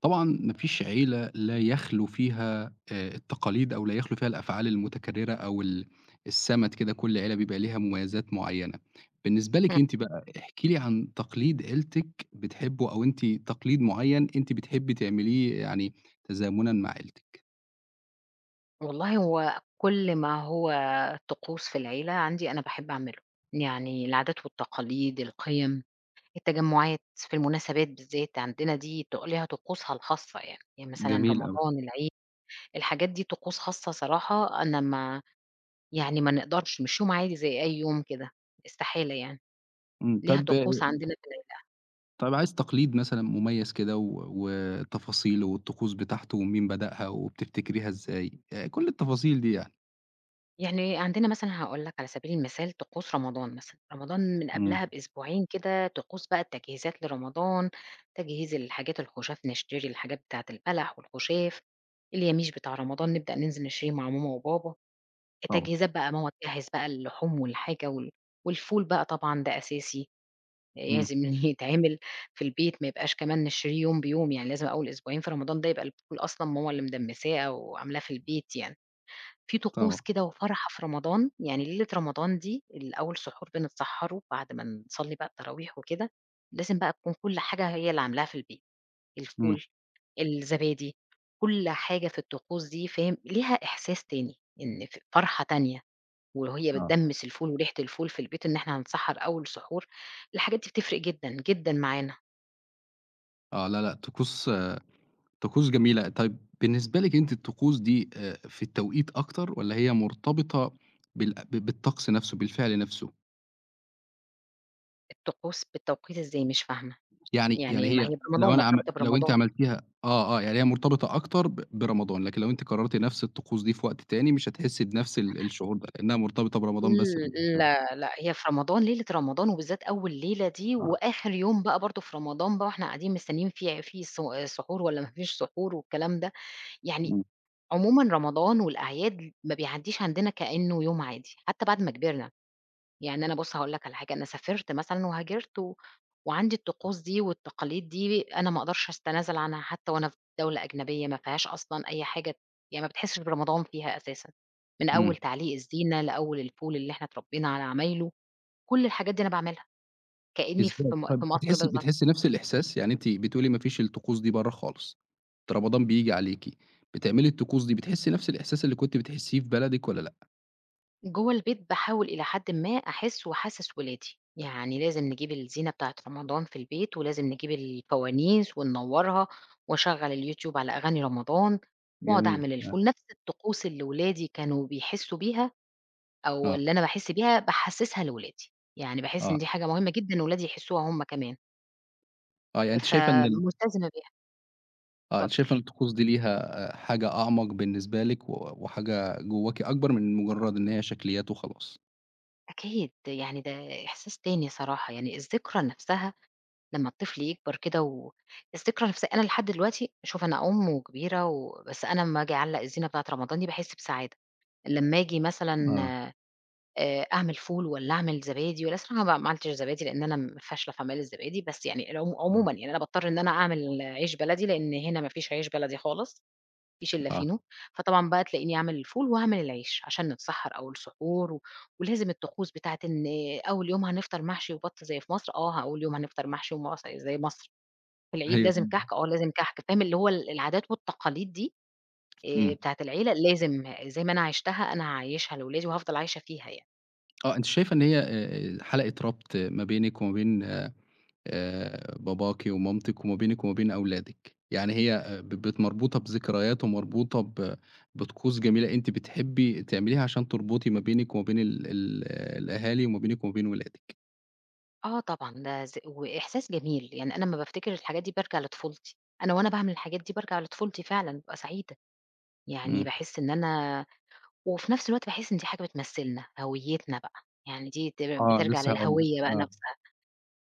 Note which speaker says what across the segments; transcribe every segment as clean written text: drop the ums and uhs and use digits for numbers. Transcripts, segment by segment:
Speaker 1: طبعًا ما فيش عيلة لا يخلو فيها التقاليد أو لا يخلو فيها الأفعال المتكررة أو السَمَت كده، كل عيلة بيبقى ليها مميزات معيّنة. بالنسبة
Speaker 2: إمم،
Speaker 1: لِك أنتِ بقى، احكي لي عن تقليد عيلتِك بتحبه أو أنتِ تقليد معيّن أنتِ بتحبي تعمليه يعني تزامنًا مع عيلتِك.
Speaker 2: والله هو كل ما هو طقوس في العيلة عندي أنا باحب أعمله، يعني العادات والتقاليد، القيم، التجمعات، في المناسبات بالذات عندنا دي ط ليها طقوسها الخاصة يعني، يعني مثلًا
Speaker 1: جميل أوي.
Speaker 2: رمضان، العيد، الحاجات دي طقوس خاصة صراحة أنا ما يعني ما نقدرش مش يوم عادي زي أي يوم كده، استحالة يعني،
Speaker 1: إمم،
Speaker 2: ليها
Speaker 1: طب
Speaker 2: طقوس عندنا في العيلة.
Speaker 1: طب عايز تقليد مثلًا مميز كده و وتفاصيله والطقوس بتاعته ومين بدأها وبتفتكريها إزاي؟ كل التفاصيل دي يعني.
Speaker 2: يعني عندنا مثلًا هاقول لك على سبيل المثال طقوس رمضان مثلًا، رمضان من
Speaker 1: إمم،
Speaker 2: قبلها بأسبوعين كده طقوس بقى التجهيزات لرمضان، تجهيز الحاجات الخُشاف نشتري الحاجات بتاعة البلح والخُشاف، اليَميش بتاع رمضان نبدأ ننزل نشتريه مع ماما وبابا،
Speaker 1: طبعًا.
Speaker 2: التجهيزات بقى ماما تجهّز بقى اللحوم والحاجة وال والفول بقى طبعًا ده أساسي
Speaker 1: إمم،
Speaker 2: لازم يتعمل في البيت ما يبقاش كمان نشتريه يوم بيوم، يعني لازم أول أسبوعين في رمضان ده يبقى الفول أصلًا ماما اللي مدمّساه أو عاملاه في البيت يعني. في طقوس
Speaker 1: طبعًا.
Speaker 2: كده وفرحة في رمضان، يعني ليلة رمضان دي الأول سحور بنتسحّره بعد ما نصلّي بقى التراويح وكده، لازم بقى تكون كل حاجة هي اللي عاملاها في البيت،
Speaker 1: إمم.
Speaker 2: الفول، الزبادي، كل حاجة في الطقوس دي فاهم، ليها إحساس تاني، إن فرحة تانية، وهي
Speaker 1: آه.
Speaker 2: بتدمّس الفول وريحة الفول في البيت إن إحنا هنسحّر أول سحور، الحاجات دي بتفرق جدًا، جدًا معانا،
Speaker 1: آه، لا، لأ، طقوس جميلة. طيب بالنسبة لِك أنتِ الطقوس دي في التوقيت أكتر والّا هي مرتبطة بالطقس نفسه، بالفعل نفسه؟
Speaker 2: الطقوس بالتوقيت إزاي مش فاهمة،
Speaker 1: يعني
Speaker 2: يعني ما
Speaker 1: هي
Speaker 2: هي برمضان
Speaker 1: لو أنا عم
Speaker 2: مرتبطة
Speaker 1: لو أنتِ
Speaker 2: برمضان.
Speaker 1: عملتيها يعني هي مرتبطة أكتر ب برمضان، لكن لو أنتِ قررتِ نفس الطقوس دي في وقت تاني مش هتحسي بنفس ال الشعور ده، لأنها مرتبطة برمضان بس بالنسبة
Speaker 2: إمم،
Speaker 1: لِك.
Speaker 2: لا، لأ، هي في رمضان ليلة رمضان وبالذات أول ليلة دي
Speaker 1: آه،
Speaker 2: وآخر يوم بقى برضه في رمضان بقى وإحنا قاعدين مستنيين في سحور والّا ما فيش سحور والكلام ده، يعني
Speaker 1: إمم،
Speaker 2: عمومًا رمضان والأعياد ما بيعدّيش عندنا كإنه يوم عادي، حتى بعد ما كبرنا. يعني أنا بُص هاقول لك على حاجة، أنا سافرت مثلًا وهاجرت و وعندي الطقوس دي والتقاليد دي أنا ما أقدرش أتنازل عنها حتى وأنا في دولة أجنبية ما فيهاش أصلًا أي حاجة يعني ما بتحسش برمضان فيها أساسًا، من أول
Speaker 1: إمم.
Speaker 2: تعليق الزينة لأول الفول اللي إحنا اتربينا على عمايله، كل الحاجات دي أنا باعملها كأني في
Speaker 1: إزاي؟
Speaker 2: م
Speaker 1: طب
Speaker 2: في مصر
Speaker 1: بتحسّي
Speaker 2: بالضبط.
Speaker 1: بتحسّي نفس الإحساس؟ يعني أنتِ بتقولي ما فيش الطقوس دي برّه خالص، ده رمضان بييجي عليكِ، بتعملي الطقوس دي، بتحسّي نفس الإحساس اللي كنتِ بتحسّيه في بلدِك والّا لأ؟
Speaker 2: جوّه البيت باحاول إلى حدٍ ما أحِس وأحسِّس ولادي، يعني لازم نجيب الزينة بتاعة رمضان في البيت، ولازم نجيب الفوانيس وننوّرها، واشغّل اليوتيوب على أغاني رمضان، واقعد
Speaker 1: جميل،
Speaker 2: أعمل
Speaker 1: آه،
Speaker 2: الفول، نفْس الطقوس اللي ولادي كانوا بيحسّوا بيها أو
Speaker 1: آه،
Speaker 2: اللي أنا باحِس بيها باحسّسها لولادي، يعني باحِس إن
Speaker 1: آه،
Speaker 2: دي حاجة مهمة جدًا ولادي يحسّوها هُم كمان،
Speaker 1: آه، يعني أنتِ شايفة إن ال
Speaker 2: فملتزمة بيها.
Speaker 1: آه، أنتِ
Speaker 2: اتفضّل.
Speaker 1: شايفة إن الطقوس دي ليها حاجة أعمق بالنسبة لِك و وحاجة جواكِ أكبر من مجرّد إن هي شكليات وخلاص.
Speaker 2: أكيد، يعني ده إحساس تاني صراحة، يعني الذكرى نفْسها لمّا الطفل يكبر كده. الذكرى نفسها أنا لحد دلوقتي شوف أنا أم وكبيرة و بس أنا أمّا آجي أعلّق الزينة بتاعة رمضان دي باحس بسعادة، لمّا آجي مثلًا
Speaker 1: آه،
Speaker 2: أعمل فول والّا أعمل زبادي والّا الصراحة ما عملتش زبادي لإن أنا فاشلة في أعمال الزبادي، بس يعني
Speaker 1: إمم،
Speaker 2: عمومًا يعني أنا باضطر إن أنا أعمل عيش بلدي لإن هنا ما فيش عيش بلدي خالص، ما فيش إلا
Speaker 1: آه،
Speaker 2: فينو، فطبعًا بقى تلاقيني أعمل الفول وأعمل العيش عشان نتسحّر أول سحور ولازم الطقوس بتاعة إن أول يوم هنفطر محشي وبَط زي في مصر، آه أول يوم هنفطر محشي زي مصر. في العيد
Speaker 1: أيوه،
Speaker 2: لازم كحك، آه لازم كحك، فاهم اللي هو العادات والتقاليد دي
Speaker 1: إمم،
Speaker 2: بتاعة العيلة لازم زي ما أنا عِشتها أنا هاعيّشها لولادي وهافضل عايشة فيها يعني.
Speaker 1: آه، أنتِ شايفة إن هي حلقة ربط ما بينِك وما بين باباكِ ومامتِك وما بينِك وما بين أولادِك، يعني هي آه، ب بت مربوطة بذكريات ومربوطة بطقوس جميلة أنتِ بتحبي تعمليها عشان تربطي ما بينِك وما بين ال ال آه، الأهالي وما بينِك وما بين ولادِك.
Speaker 2: آه طبعًا، ده ز وإحساس جميل، يعني أنا أمّا بافتكر الحاجات دي بارجع لطفولتي، أنا وأنا باعمل الحاجات دي بارجع لطفولتي فعلًا، بابقى سعيدة، يعني
Speaker 1: إمم.
Speaker 2: باحس إن أنا وفي نفس الوقت باحس إن دي حاجة بتمثّلنا، هويتنا بقى، يعني دي ت
Speaker 1: آه،
Speaker 2: بترجع
Speaker 1: لسه هاقول لِك،
Speaker 2: للهوية بقى
Speaker 1: آه
Speaker 2: نفسها.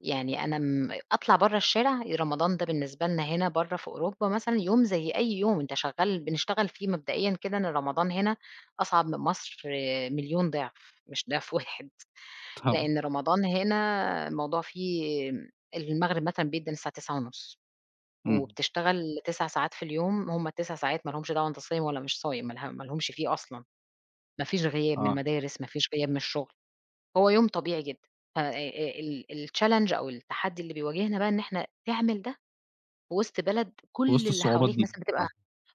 Speaker 2: يعني أنا أطلع برّه الشارع، رمضان ده بالنسبة لنا هنا برّه في أوروبا مثلًا يوم زي أي يوم، أنت شغّال بنشتغل فيه مبدئيًا كده إن رمضان هنا أصعب من مصر آه، مليون ضعف، مش ضعف واحد،
Speaker 1: طبعًا،
Speaker 2: لإن رمضان هنا الموضوع فيه المغرب مثلًا بيدّن الساعة 21:30
Speaker 1: إمم.
Speaker 2: وبتشتغل 9 ساعات في اليوم، هم ال9 ساعات ما لهمش دعوة أنت صايم والّا مش صايم، ما لهمش فيه أصلًا، ما فيش غياب من
Speaker 1: آه،
Speaker 2: المدارس، ما فيش غياب من الشغل. هو يوم طبيعي جدًا، ف الchallenge أو التحدي اللي بيواجهنا بقى إن إحنا تعمل ده في وسط بلد
Speaker 1: في
Speaker 2: كل
Speaker 1: وسط
Speaker 2: اللي
Speaker 1: الصعوبات
Speaker 2: حواليك
Speaker 1: دي،
Speaker 2: مثلًا بتبقى
Speaker 1: آه،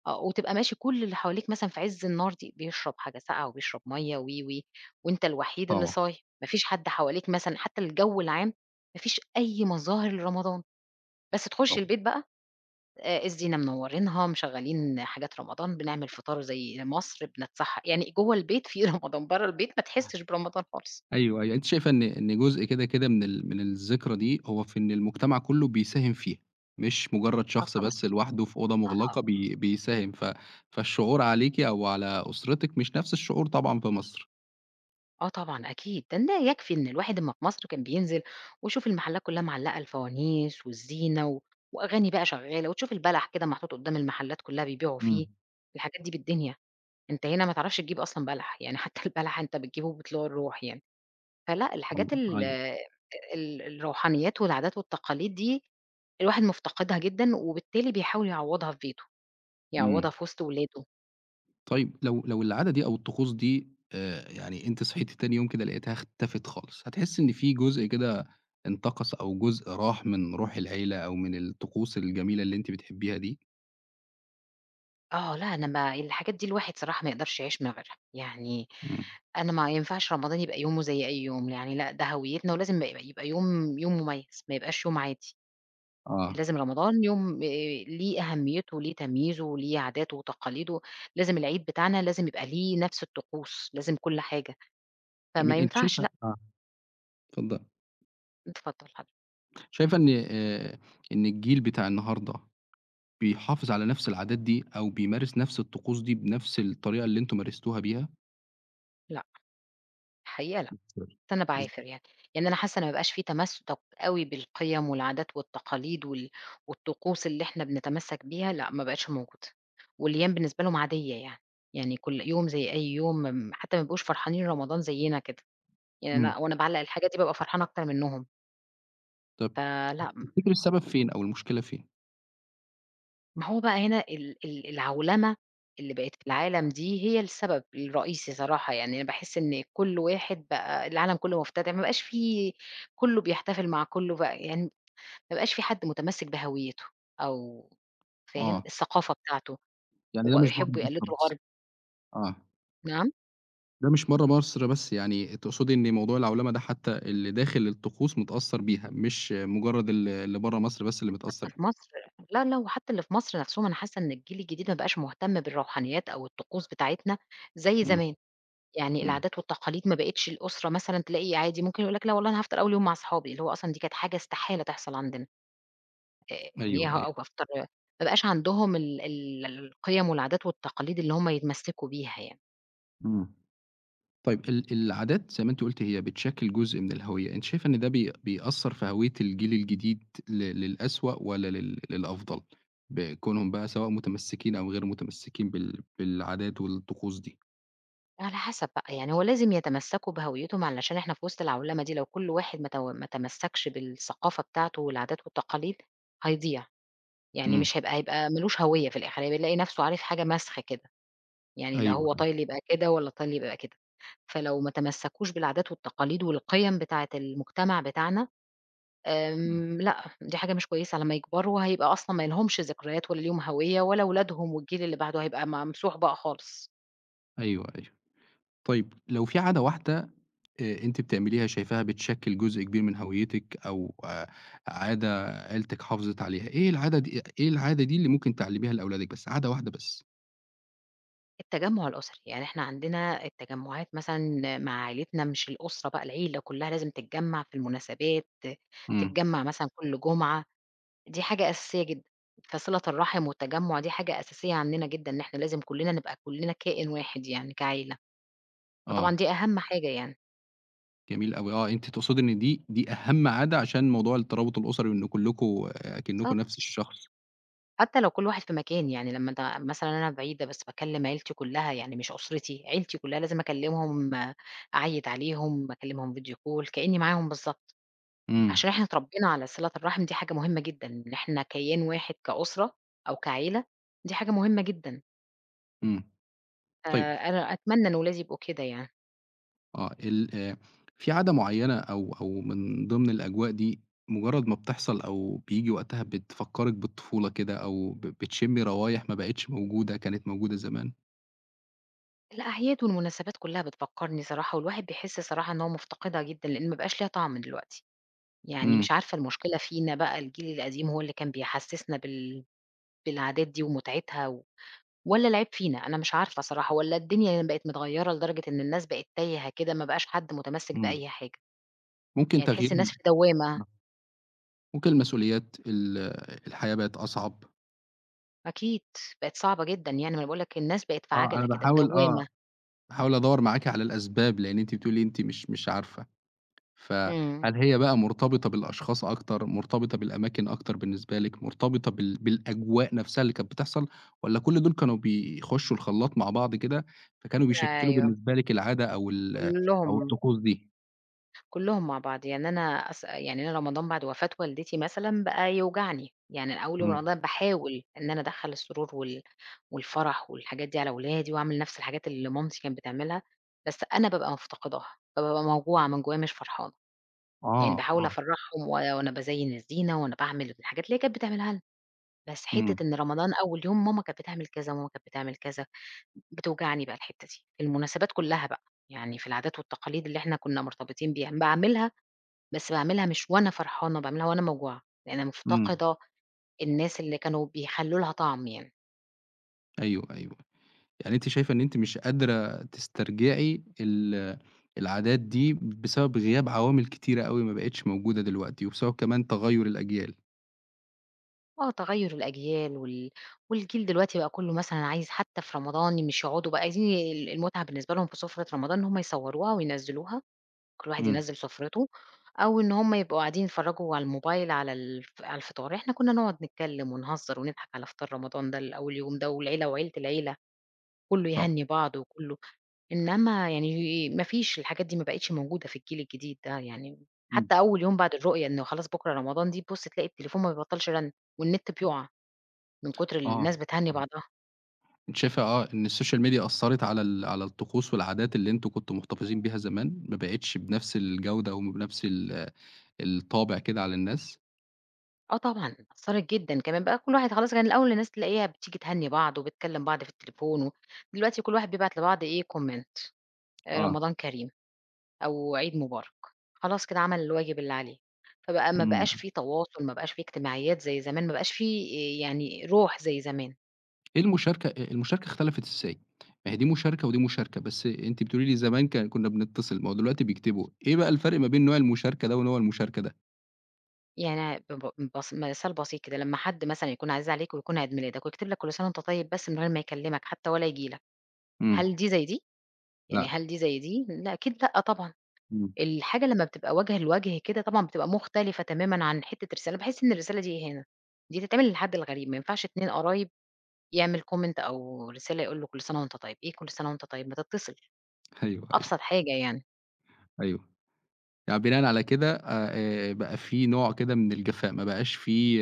Speaker 2: آه، وتبقى ماشي كل اللي حواليك مثلًا في عز النار دي، بيشرب حاجة ساقعة وبيشرب مَيّة و، و، وأنت الوحيد اللي
Speaker 1: طبعًا،
Speaker 2: صايم، ما فيش حد حواليك مثلًا حتى الجو العام ما فيش أي مظاهر لرمضان، بس تخش
Speaker 1: طبعًا.
Speaker 2: البيت بقى الزينة منوّرينها، مشغّلين حاجات رمضان، بنعمل فطار زي مصر، بنتسحّر، يعني جوّه البيت في رمضان، برّه البيت ما تحسّش برمضان خالص.
Speaker 1: أيوه، أيوه. أنتِ شايفة إن جزء كده من من الذكرى دي هو في إن المجتمع كُلّه بيساهم فيها، مش مجرّد
Speaker 2: آه
Speaker 1: شخص
Speaker 2: طبعًا،
Speaker 1: بس لوحده في أوضة
Speaker 2: آه.
Speaker 1: مُغلقة بي بيساهم، ف فالشعور عليكِ أو على أسرتِك مش نفس الشعور طبعًا في مصر.
Speaker 2: آه طبعًا أكيد، ده أنا يكفي إن الواحد أمّا في مصر كان بينزل ويشوف المحلات كلّها معلّقة الفوانيس والزينة وأغاني بقى شغّالة وتشوف البلح كده محطوط قدّام المحلات كلّها بيبيعوا
Speaker 1: إمم.
Speaker 2: فيه، الحاجات دي بالدنيا، أنت هنا ما تعرفش تجيب أصلًا بلح، يعني حتى البلح أنت بتجيبه وبتلوع الروح يعني، فلأ
Speaker 1: والله
Speaker 2: الحاجات ال
Speaker 1: أيوه،
Speaker 2: ال الروحانيات والعادات والتقاليد دي الواحد مفتقدها جدًا، وبالتالي بيحاول يعوّضها في بيته، يعوّضها
Speaker 1: إمم.
Speaker 2: في وسط ولاده.
Speaker 1: طيب لو العادة دي أو الطقوس دي يعني أنتِ صحيتِ تاني يوم كده لقيتها اختفت خالص، هتحسّي إن في جزء كده انتقص أو جزء راح من روح العيلة أو من الطقوس الجميلة اللي أنتِ بتحبيها دي؟
Speaker 2: آه، لأ، أنا ما الحاجات دي الواحد صراحة ما يقدرش يعيش من غيرها، يعني
Speaker 1: إمم.
Speaker 2: أنا ما ينفعش رمضان يبقى يومه زي أي يوم، يعني لأ، ده هويتنا ولازم يبقى يوم مميز، ما يبقاش يوم عادي،
Speaker 1: آه.
Speaker 2: لازم رمضان يوم ليه أهميته وليه تمييزه وليه عاداته وتقاليده، لازم العيد بتاعنا لازم يبقى ليه نفس الطقوس، لازم كل حاجة، فما
Speaker 1: جميل. أنتِ
Speaker 2: ينفعش
Speaker 1: شايفة
Speaker 2: لأ،
Speaker 1: آه. اتفضلي.
Speaker 2: اتفضل حضرتك،
Speaker 1: شايفة إن إن الجيل بتاع النهارده بيحافظ على نفس العادات دي أو بيمارس نفس الطقوس دي بنفس الطريقة اللي أنتم مارستوها بيها؟
Speaker 2: لأ، الحقيقة
Speaker 1: بالضبط.
Speaker 2: أنا
Speaker 1: إز
Speaker 2: باعافر يعني، يعني أنا حاسة إن ما بقاش في تمسّك أوي بالقيم والعادات والتقاليد والطقوس اللي إحنا بنتمسّك بيها، لأ ما بقتش موجودة، والأيام بالنسبة لهم عادية يعني، يعني كل يوم زي أي يوم حتى ما بيبقوش فرحانين رمضان زيّنا كده، يعني
Speaker 1: إمم.
Speaker 2: أنا وأنا باعلّق الحاجة دي بابقى فرحانة أكتر منّهم،
Speaker 1: طب
Speaker 2: فلأ
Speaker 1: تفتكر السبب فين أو المشكلة فين؟
Speaker 2: ما هو بقى هنا ال ال العولمة اللي بقت في العالم دي هي السبب الرئيسي صراحة، يعني أنا باحس إن كل واحد بقى العالم كلّه مُفتَتِح، ما بقاش في كلّه بيحتفل مع كلّه بقى يعني ما بقاش في حد متمسك بهويته أو فاهم؟
Speaker 1: آه.
Speaker 2: الثقافة بتاعته،
Speaker 1: يعني ده
Speaker 2: وبقوا
Speaker 1: مش مرّة
Speaker 2: يحبوا
Speaker 1: مصر
Speaker 2: يقلدوا
Speaker 1: بس.
Speaker 2: الغرب،
Speaker 1: آه.
Speaker 2: نعم
Speaker 1: ده مش مرّة مصر بس، يعني تقصدي إن موضوع العولمة ده حتى اللي داخل الطقوس متأثّر بيها، مش مجرّد اللي برّه مصر بس اللي متأثّر
Speaker 2: حتى في
Speaker 1: بيه.
Speaker 2: مصر لا، لا، وحتى اللي في مصر نفسهم أنا حاسة إن الجيل الجديد ما بقاش مهتم بالروحانيات أو الطقوس بتاعتنا زي
Speaker 1: إمم،
Speaker 2: زمان، يعني
Speaker 1: إمم.
Speaker 2: العادات والتقاليد ما بقتش الأسرة مثلًا تلاقي عادي ممكن يقول لك لا والله أنا هافطر أول يوم مع صحابي، اللي هو أصلًا دي كانت حاجة استحالة تحصل عندنا، يعني إيه
Speaker 1: أيوه،
Speaker 2: أو
Speaker 1: أيوه.
Speaker 2: هافطر ما بقاش عندهم ال ال القيم والعادات والتقاليد اللي هم يتمسكوا بيها يعني.
Speaker 1: إمم. طيب العادات زي ما أنتِ قُلتِ هي بتشكِّل جزء من الهوية، أنتِ شايفة إن ده بي بيأثّر في هوية الجيل الجديد للأسوأ والّا للأفضل؟ بكونهم بقى سواء متمسّكين أو غير متمسّكين بالعادات والطقوس دي.
Speaker 2: على حسب بقى، يعني هو لازم يتمسّكوا بهويتهم علشان إحنا في وسط العولمة دي، لو كل واحد ما تمسّكش بالثقافة بتاعته والعادات والتقاليد هيضيع، يعني
Speaker 1: إمم،
Speaker 2: مش هيبقى ما لوش هوية في الآخر، هيلاقي نَفْسه عارف حاجة مسخ كده، يعني
Speaker 1: أيوه،
Speaker 2: لا هو
Speaker 1: أيوه،
Speaker 2: طايل يبقى كده ولا طايل يبقى كده، فلو ما تمسّكوش بالعادات والتقاليد والقِيَم بتاعة المجتمع بتاعنا، لأ، دي حاجة مش كويسة، لمّا يكبروا هيبقى أصلًا ما لهمش ذكريات ولا ليهم هوية ولا ولادهم والجيل اللي بعده، هيبقى ممسوح بقى خالص.
Speaker 1: أيوه، أيوه. طيب لو في عادة واحدة أنتِ بتعمليها شايفاها بتشكِّل جزء كبير من هويتِك أو عادة عيلتِك حافظت عليها، إيه العادة دي اللي ممكن تعلّميها لأولادِك بس، عادة واحدة بس؟
Speaker 2: التجمُّع الأسري، يعني إحنا عندنا التجمُّعات مثلًا مع عيلتنا مش الأسرة بقى، العيلة كلّها لازم تتجمّع في المناسبات،
Speaker 1: إمم،
Speaker 2: تتجمّع مثلًا كل جمعة، دي حاجة أساسية جدًا، فصِلة الرحم والتجمُّع دي حاجة أساسية عندنا جدًا، إن إحنا لازم كلّنا نبقى كلّنا كائن واحد يعني كعيلة، فطبعًا
Speaker 1: آه.
Speaker 2: دي أهم حاجة يعني.
Speaker 1: جميل أوي آه، أنتِ تقصدي إن دي أهم عادة عشان موضوع الترابط الأسري وإن كلّكم أكنّكم نفس
Speaker 2: بالضبط،
Speaker 1: الشخص.
Speaker 2: حتى لو كل واحد في مكان يعني لمّا ت مثلًا أنا بعيدة بس باكلّم عيلتي كلّها، يعني مش أسرتي، عيلتي كلّها لازم أكلّمهم، أعيّد عليهم، أكلّمهم فيديو كول كإنّي معاهم بالضبط.
Speaker 1: إمم،
Speaker 2: عشان إحنا اتربينا على صِلة الرحم دي حاجة مهمة جدًا، إن إحنا كيان واحد كأسرة أو كعيلة، دي حاجة مهمة جدًا،
Speaker 1: إمم. طيب
Speaker 2: أنا أتمنى إن ولادي يبقوا كده يعني.
Speaker 1: آه، ال في عادة معيّنة أو من ضمن الأجواء دي مجرّد ما بتحصل أو بييجي وقتها بتفكّرِك بالطفولة كده أو ب بتشمّي روايح ما بقِتش موجودة، كانت موجودة زمان؟
Speaker 2: الأعياد والمناسبات كلّها بتفكّرني صراحة والواحد بيحس صراحة إن هو مفتقدها جدًا، لإن ما بقاش ليها طعم دلوقتي، يعني
Speaker 1: إمم،
Speaker 2: مش عارفة المشكلة فينا بقى الجيل القديم هو اللي كان بيحسّسنا بالعادات دي ومتعتها والّا العيب فينا؟ أنا مش عارفة صراحة، والّا الدنيا يعني بقت متغيّرة لدرجة إن الناس بقت تايهة كده، ما بقاش حد متمسك
Speaker 1: إمم.
Speaker 2: بأي حاجة،
Speaker 1: ممكن
Speaker 2: يعني تحس
Speaker 1: تغيير
Speaker 2: الناس في دوّامة.
Speaker 1: ممكن المسؤوليات، ال الحياة بقت أصعب.
Speaker 2: أكيد، بقت صعبة جدًا يعني، ما أنا باقول لك الناس بقت في
Speaker 1: آه،
Speaker 2: عَجَلة
Speaker 1: أنا
Speaker 2: كده، في دوّامة.
Speaker 1: باحاول أدوّر معاكِ على الأسباب، لإن أنتِ بتقولي أنتِ مش عارفة.
Speaker 2: إمم.
Speaker 1: فهل هي بقى مرتبطة بالأشخاص أكتر، مرتبطة بالأماكن أكتر بالنسبة لِك، مرتبطة بالأجواء نفسها اللي كانت بتحصل، والّا كل دول كانوا بيخشوا الخلاط مع بعض كده، فكانوا بيشكلوا
Speaker 2: أيوه،
Speaker 1: بالنسبة لِك العادة أو ال أو
Speaker 2: كلّهم،
Speaker 1: الطقوس دي؟
Speaker 2: كلّهم مع بعض، يعني أنا يعني أنا رمضان بعد وفاة والدتي مثلًا بقى يوجعني، يعني أول يوم
Speaker 1: إمم،
Speaker 2: رمضان باحاول إن أنا أدخّل السرور والفرح والحاجات دي على ولادي، وأعمل نفس الحاجات اللي مامتي كانت بتعملها، بس أنا بابقى مفتقداها، بابقى موجوعة من جوّايا مش فرحانة، يعني
Speaker 1: آه،
Speaker 2: باحاول
Speaker 1: آه،
Speaker 2: أفرّحهم وأنا بازيّن الزينة وأنا باعمل الحاجات اللي هي كانت بتعملها لنا، بس حتّة
Speaker 1: إمم،
Speaker 2: إن رمضان أول يوم ماما كانت بتعمل كذا، وماما كانت بتعمل كذا. بتوجعني بقى الحتّة دي، في المناسبات كلّها بقى، يعني في العادات والتقاليد اللي إحنا كُنّا مرتبطين بيها، باعملها بس باعملها مش وأنا فرحانة، باعملها وأنا موجوعة، لإن أنا
Speaker 1: إمم،
Speaker 2: مفتقدة الناس اللي كانوا بيخلّوا لها طَعم يعني.
Speaker 1: أيوه، أيوه، يعني أنتِ شايفة إن أنتِ مش قادرة تسترجعي العادات دي بسبب غياب عوامل كتيرة أوي ما بقتش موجودة دلوقتي، وبسبب كمان تغيُّر الأجيال،
Speaker 2: آه، تغيُّر الأجيال والجيل دلوقتي بقى كُلّه مثلًا عايز حتّى في رمضان مش يقعدوا بقى عايزين المتعة بالنسبة لهم في سُفرة رمضان إن هم يصوّروها وينزّلوها كل واحد
Speaker 1: إمم،
Speaker 2: ينزّل سُفرته، أو إن هُم يبقوا قاعدين يتفرّجوا على الموبايل على الفطار، إحنا كُنّا نقعد نتكلّم ونهزّر ونضحك على فطار رمضان ده أو اليوم ده والعيلة وعيلة العيلة، كُلّه
Speaker 1: طبعًا،
Speaker 2: يهنّي بعض وكُلّه إنّما يعني ما فيش الحاجات دي ما بقِتش موجودة في الجيل الجديد ده يعني،
Speaker 1: إمم،
Speaker 2: حتّى أول يوم بعد الرؤية إنه خلاص بُكرة رمضان دي، تبُص تلاقي التليفون ما بيبطّلش رَن والنت بيُقع من كُتر
Speaker 1: آه،
Speaker 2: الناس بتهنّي
Speaker 1: آه.
Speaker 2: بعضها.
Speaker 1: أنتِ شايفة آه، إن السوشيال ميديا أثّرت على على الطقوس والعادات اللي أنتم كنتم محتفظين بيها زمان، ما بقِتش بنفس الجودة وبنفس ال الطابع كده على الناس؟
Speaker 2: آه طبعًا، أثّرت جدًا، كمان بقى كل واحد خلاص كان الأول الناس تلاقيها بتيجي تهنّي بعض وبتكلّم بعض في التليفون دلوقتي كل واحد بيبعت لبعض إيه comment
Speaker 1: آه،
Speaker 2: رمضان كريم أو عيد مبارك، خلاص كده عمل الواجب اللي عليه، فبقى ما
Speaker 1: إمم.
Speaker 2: بقاش في تواصل، ما بقاش في اجتماعيات زي زمان، ما بقاش في يعني روح زي زمان،
Speaker 1: إيه المشاركة المشاركة اختلفت إزاي؟ ما هي دي مشاركة ودي مشاركة، بس أنتِ بتقولي لي زمان كُنّا بنتصل، ما هو دلوقتي بيكتبوا، إيه بقى الفرق ما بين نوع المشاركة ده ونوع المشاركة ده؟
Speaker 2: يعني بس مثال بسيط كده لمّا حد مثلًا يكون عزيز عليك ويكون عيد ميلادك ويكتب لك كل سنة وأنت طيب بس من غير ما يكلّمك حتى ولا ييجي لك،
Speaker 1: إمم،
Speaker 2: هل دي زي دي؟ يعني
Speaker 1: لأ،
Speaker 2: هل دي زي دي؟ لأ أكيد لأ طبعًا.
Speaker 1: إمم،
Speaker 2: الحاجة لمّا بتبقى وجه لوجه كده طبعًا بتبقى مختلفة تمامًا عن حتّة رسالة، باحس إن الرسالة دي إهانة، دي تتعمل للحد الغريب، ما ينفعش 2 قرايب يعمل comment أو رسالة يقول له كل سنة وأنت طيب، إيه كل سنة وأنت طيب، ما تتصل،
Speaker 1: أيوه، أيوه،
Speaker 2: أبسط حاجة يعني.
Speaker 1: أيوه. يعني بناءً على كده بقى في نوع كده من الجفاء، ما بقاش في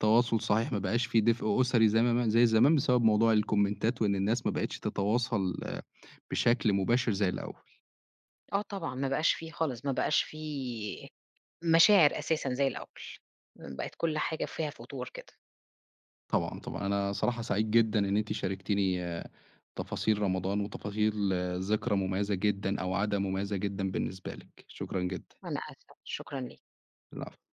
Speaker 1: تواصل صحيح، ما بقاش في دفء أسري زي ما زي زمان بسبب موضوع الكومنتات، وإن الناس ما بقتش تتواصل بشكل مباشر زي الأول.
Speaker 2: آه طبعًا، ما بقاش في خالص، ما بقاش في مشاعر أساسًا زي الأول، بقت كل حاجة فيها فتور كده.
Speaker 1: طبعًا، طبعًا، أنا صراحة سعيد جدًا إن أنتِ شاركتيني تفاصيل رمضان وتفاصيل ذكرى مميزة جدًا أو عادة مميزة جدًا بالنسبة لِك. شكرًا جدًا.
Speaker 2: أنا آسفة، شكرًا ليك.
Speaker 1: العفو.